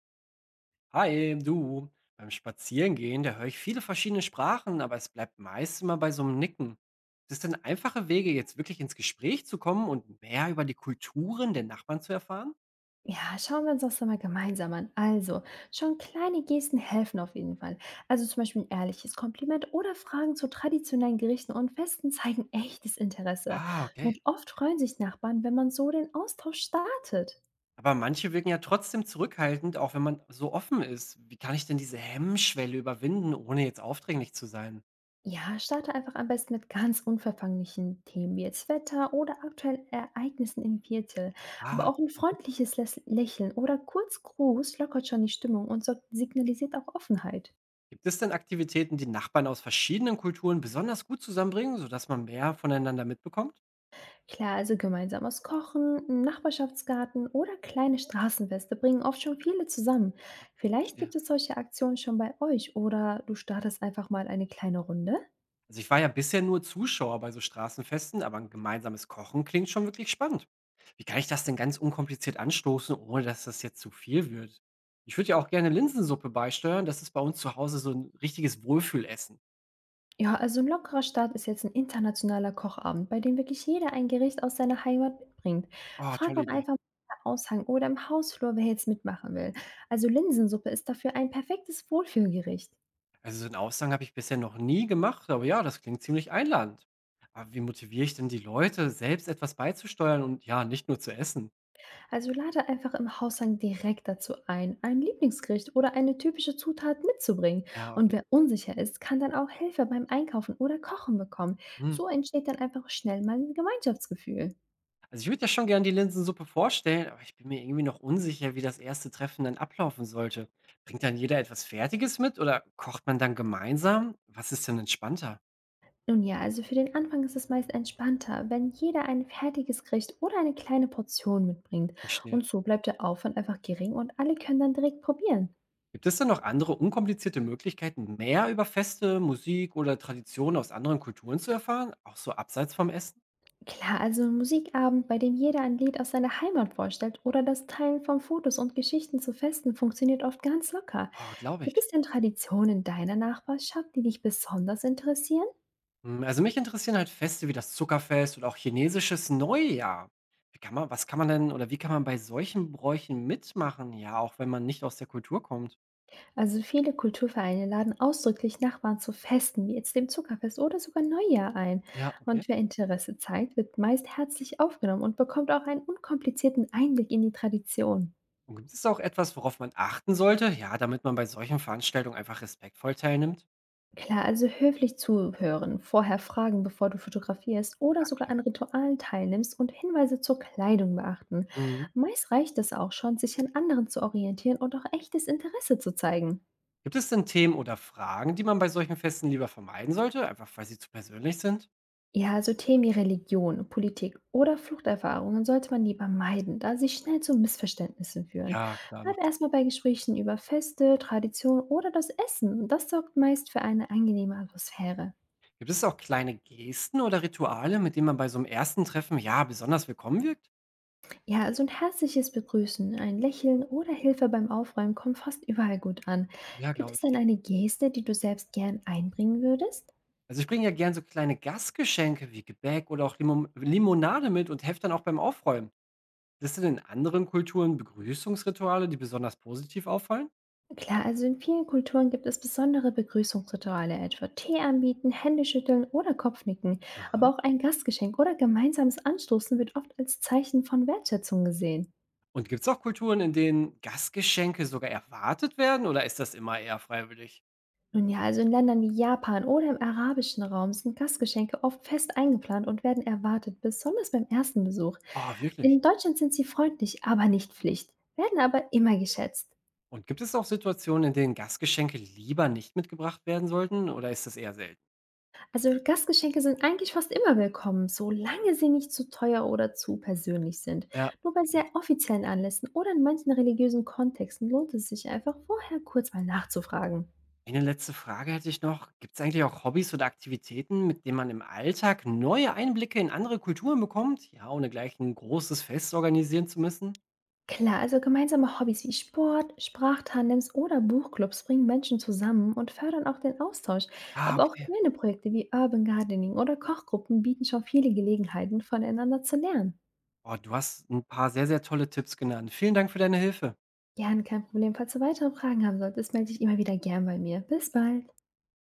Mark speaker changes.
Speaker 1: Hi, du. Beim Spazierengehen, da höre ich viele verschiedene Sprachen, aber es bleibt meist immer bei so einem Nicken. Ist es denn einfache Wege, jetzt wirklich ins Gespräch zu kommen und mehr über die Kulturen der Nachbarn zu erfahren?
Speaker 2: Ja, schauen wir uns das doch mal gemeinsam an. Also, schon kleine Gesten helfen auf jeden Fall. Also zum Beispiel ein ehrliches Kompliment oder Fragen zu traditionellen Gerichten und Festen zeigen echtes Interesse.
Speaker 1: Ah, okay.
Speaker 2: Und oft freuen sich Nachbarn, wenn man so den Austausch startet.
Speaker 1: Aber manche wirken ja trotzdem zurückhaltend, auch wenn man so offen ist. Wie kann ich denn diese Hemmschwelle überwinden, ohne jetzt aufdringlich zu sein?
Speaker 2: Ja, starte einfach am besten mit ganz unverfänglichen Themen wie jetzt Wetter oder aktuellen Ereignissen im Viertel. Aber
Speaker 1: Ah,
Speaker 2: auch ein
Speaker 1: mhm.
Speaker 2: freundliches Lächeln oder kurz Gruß lockert schon die Stimmung und signalisiert auch Offenheit.
Speaker 1: Gibt es denn Aktivitäten, die Nachbarn aus verschiedenen Kulturen besonders gut zusammenbringen, sodass man mehr voneinander mitbekommt?
Speaker 2: Klar, also gemeinsames Kochen, 'n Nachbarschaftsgarten oder kleine Straßenfeste bringen oft schon viele zusammen. Vielleicht
Speaker 1: Verstehe.
Speaker 2: gibt es solche Aktionen schon bei euch oder du startest einfach mal eine kleine Runde?
Speaker 1: Also ich war ja bisher nur Zuschauer bei so Straßenfesten, aber ein gemeinsames Kochen klingt schon wirklich spannend. Wie kann ich das denn ganz unkompliziert anstoßen, ohne dass das jetzt zu viel wird? Ich würde ja auch gerne Linsensuppe beisteuern. Das ist bei uns zu Hause so ein richtiges Wohlfühlessen.
Speaker 2: Ja, also ein lockerer Start ist jetzt ein internationaler Kochabend, bei dem wirklich jeder ein Gericht aus seiner Heimat mitbringt.
Speaker 1: Oh,
Speaker 2: Frag
Speaker 1: tolle
Speaker 2: auch
Speaker 1: Idee.
Speaker 2: einfach mal im Aushang oder im Hausflur, wer jetzt mitmachen will. Also Linsensuppe ist dafür ein perfektes Wohlfühlgericht.
Speaker 1: Also so einen Aushang habe ich bisher noch nie gemacht, aber ja, das klingt ziemlich einladend. Aber wie motiviere ich denn die Leute, selbst etwas beizusteuern und ja, nicht nur zu essen?
Speaker 2: Also lade einfach im Haushang direkt dazu ein Lieblingsgericht oder eine typische Zutat mitzubringen.
Speaker 1: Ja,
Speaker 2: Und
Speaker 1: okay.
Speaker 2: wer unsicher ist, kann dann auch Hilfe beim Einkaufen oder Kochen bekommen.
Speaker 1: Hm.
Speaker 2: So entsteht dann einfach schnell mal ein Gemeinschaftsgefühl.
Speaker 1: Also, ich würde ja schon gern die Linsensuppe vorstellen, aber ich bin mir irgendwie noch unsicher, wie das erste Treffen dann ablaufen sollte. Bringt dann jeder etwas Fertiges mit oder kocht man dann gemeinsam? Was ist denn entspannter?
Speaker 2: Nun ja, also für den Anfang ist es meist entspannter, wenn jeder ein fertiges Gericht oder eine kleine Portion mitbringt.
Speaker 1: Verstehe.
Speaker 2: Und so bleibt der Aufwand einfach gering und alle können dann direkt probieren.
Speaker 1: Gibt es denn noch andere unkomplizierte Möglichkeiten, mehr über Feste, Musik oder Traditionen aus anderen Kulturen zu erfahren? Auch so abseits vom Essen?
Speaker 2: Klar, also ein Musikabend, bei dem jeder ein Lied aus seiner Heimat vorstellt oder das Teilen von Fotos und Geschichten zu Festen funktioniert oft ganz locker.
Speaker 1: Oh, glaube
Speaker 2: Gibt
Speaker 1: ich.
Speaker 2: es denn Traditionen deiner Nachbarschaft, die dich besonders interessieren?
Speaker 1: Hm, also mich interessieren halt Feste wie das Zuckerfest oder auch chinesisches Neujahr. Was kann man denn oder wie kann man bei solchen Bräuchen mitmachen? Ja, auch wenn man nicht aus der Kultur kommt.
Speaker 2: Also viele Kulturvereine laden ausdrücklich Nachbarn zu Festen, wie jetzt dem Zuckerfest oder sogar Neujahr ein.
Speaker 1: Ja, okay.
Speaker 2: Und wer Interesse zeigt, wird meist herzlich aufgenommen und bekommt auch einen unkomplizierten Einblick in die Tradition.
Speaker 1: Und gibt es auch etwas, worauf man achten sollte, ja, damit man bei solchen Veranstaltungen einfach respektvoll teilnimmt?
Speaker 2: Klar, also höflich zuhören, vorher fragen, bevor du fotografierst oder
Speaker 1: Ja,
Speaker 2: sogar
Speaker 1: klar.
Speaker 2: an Ritualen teilnimmst und Hinweise zur Kleidung beachten.
Speaker 1: Mhm.
Speaker 2: Meist reicht es auch schon, sich an anderen zu orientieren und auch echtes Interesse zu zeigen.
Speaker 1: Gibt es denn Themen oder Fragen, die man bei solchen Festen lieber vermeiden sollte, einfach weil sie zu persönlich sind?
Speaker 2: Ja, also Themen wie Religion, Politik oder Fluchterfahrungen sollte man lieber meiden, da sie schnell zu Missverständnissen führen.
Speaker 1: Ja, klar,
Speaker 2: Bleib
Speaker 1: macht Sinn.
Speaker 2: erstmal bei Gesprächen über Feste, Tradition oder das Essen. Das sorgt meist für eine angenehme Atmosphäre.
Speaker 1: Gibt es auch kleine Gesten oder Rituale, mit denen man bei so einem ersten Treffen ja besonders willkommen wirkt?
Speaker 2: Ja, also ein herzliches Begrüßen, ein Lächeln oder Hilfe beim Aufräumen kommt fast überall gut an.
Speaker 1: Ja,
Speaker 2: Gibt
Speaker 1: glaube
Speaker 2: es denn
Speaker 1: ich.
Speaker 2: eine Geste, die du selbst gern einbringen würdest?
Speaker 1: Also ich bringe ja gern so kleine Gastgeschenke wie Gebäck oder auch Limonade mit und helfe dann auch beim Aufräumen. Gibt es denn in anderen Kulturen Begrüßungsrituale, die besonders positiv auffallen?
Speaker 2: Klar, also in vielen Kulturen gibt es besondere Begrüßungsrituale, etwa Tee anbieten, Hände schütteln oder Kopfnicken. Aber
Speaker 1: Aha.
Speaker 2: auch ein Gastgeschenk oder gemeinsames Anstoßen wird oft als Zeichen von Wertschätzung gesehen.
Speaker 1: Und gibt es auch Kulturen, in denen Gastgeschenke sogar erwartet werden oder ist das immer eher freiwillig?
Speaker 2: Nun ja, also in Ländern wie Japan oder im arabischen Raum sind Gastgeschenke oft fest eingeplant und werden erwartet, besonders beim ersten Besuch.
Speaker 1: Ah,
Speaker 2: In
Speaker 1: wirklich?
Speaker 2: Deutschland sind sie freundlich, aber nicht Pflicht, werden aber immer geschätzt.
Speaker 1: Und gibt es auch Situationen, in denen Gastgeschenke lieber nicht mitgebracht werden sollten oder ist das eher selten?
Speaker 2: Also Gastgeschenke sind eigentlich fast immer willkommen, solange sie nicht zu teuer oder zu persönlich sind.
Speaker 1: Ja,
Speaker 2: Nur bei
Speaker 1: okay.
Speaker 2: sehr offiziellen Anlässen oder in manchen religiösen Kontexten lohnt es sich einfach, vorher kurz mal nachzufragen.
Speaker 1: Eine letzte Frage hätte ich noch. Gibt es eigentlich auch Hobbys oder Aktivitäten, mit denen man im Alltag neue Einblicke in andere Kulturen bekommt? Ja, ohne gleich ein großes Fest organisieren zu müssen?
Speaker 2: Klar, also gemeinsame Hobbys wie Sport, Sprachtandems oder Buchclubs bringen Menschen zusammen und fördern auch den Austausch.
Speaker 1: Ah,
Speaker 2: Aber auch
Speaker 1: okay.
Speaker 2: kleine Projekte wie Urban Gardening oder Kochgruppen bieten schon viele Gelegenheiten, voneinander zu lernen.
Speaker 1: Oh, du hast ein paar sehr, sehr tolle Tipps genannt. Vielen Dank für deine Hilfe.
Speaker 2: Gern, kein Problem. Falls du weitere Fragen haben solltest, melde dich immer wieder gern bei mir. Bis bald.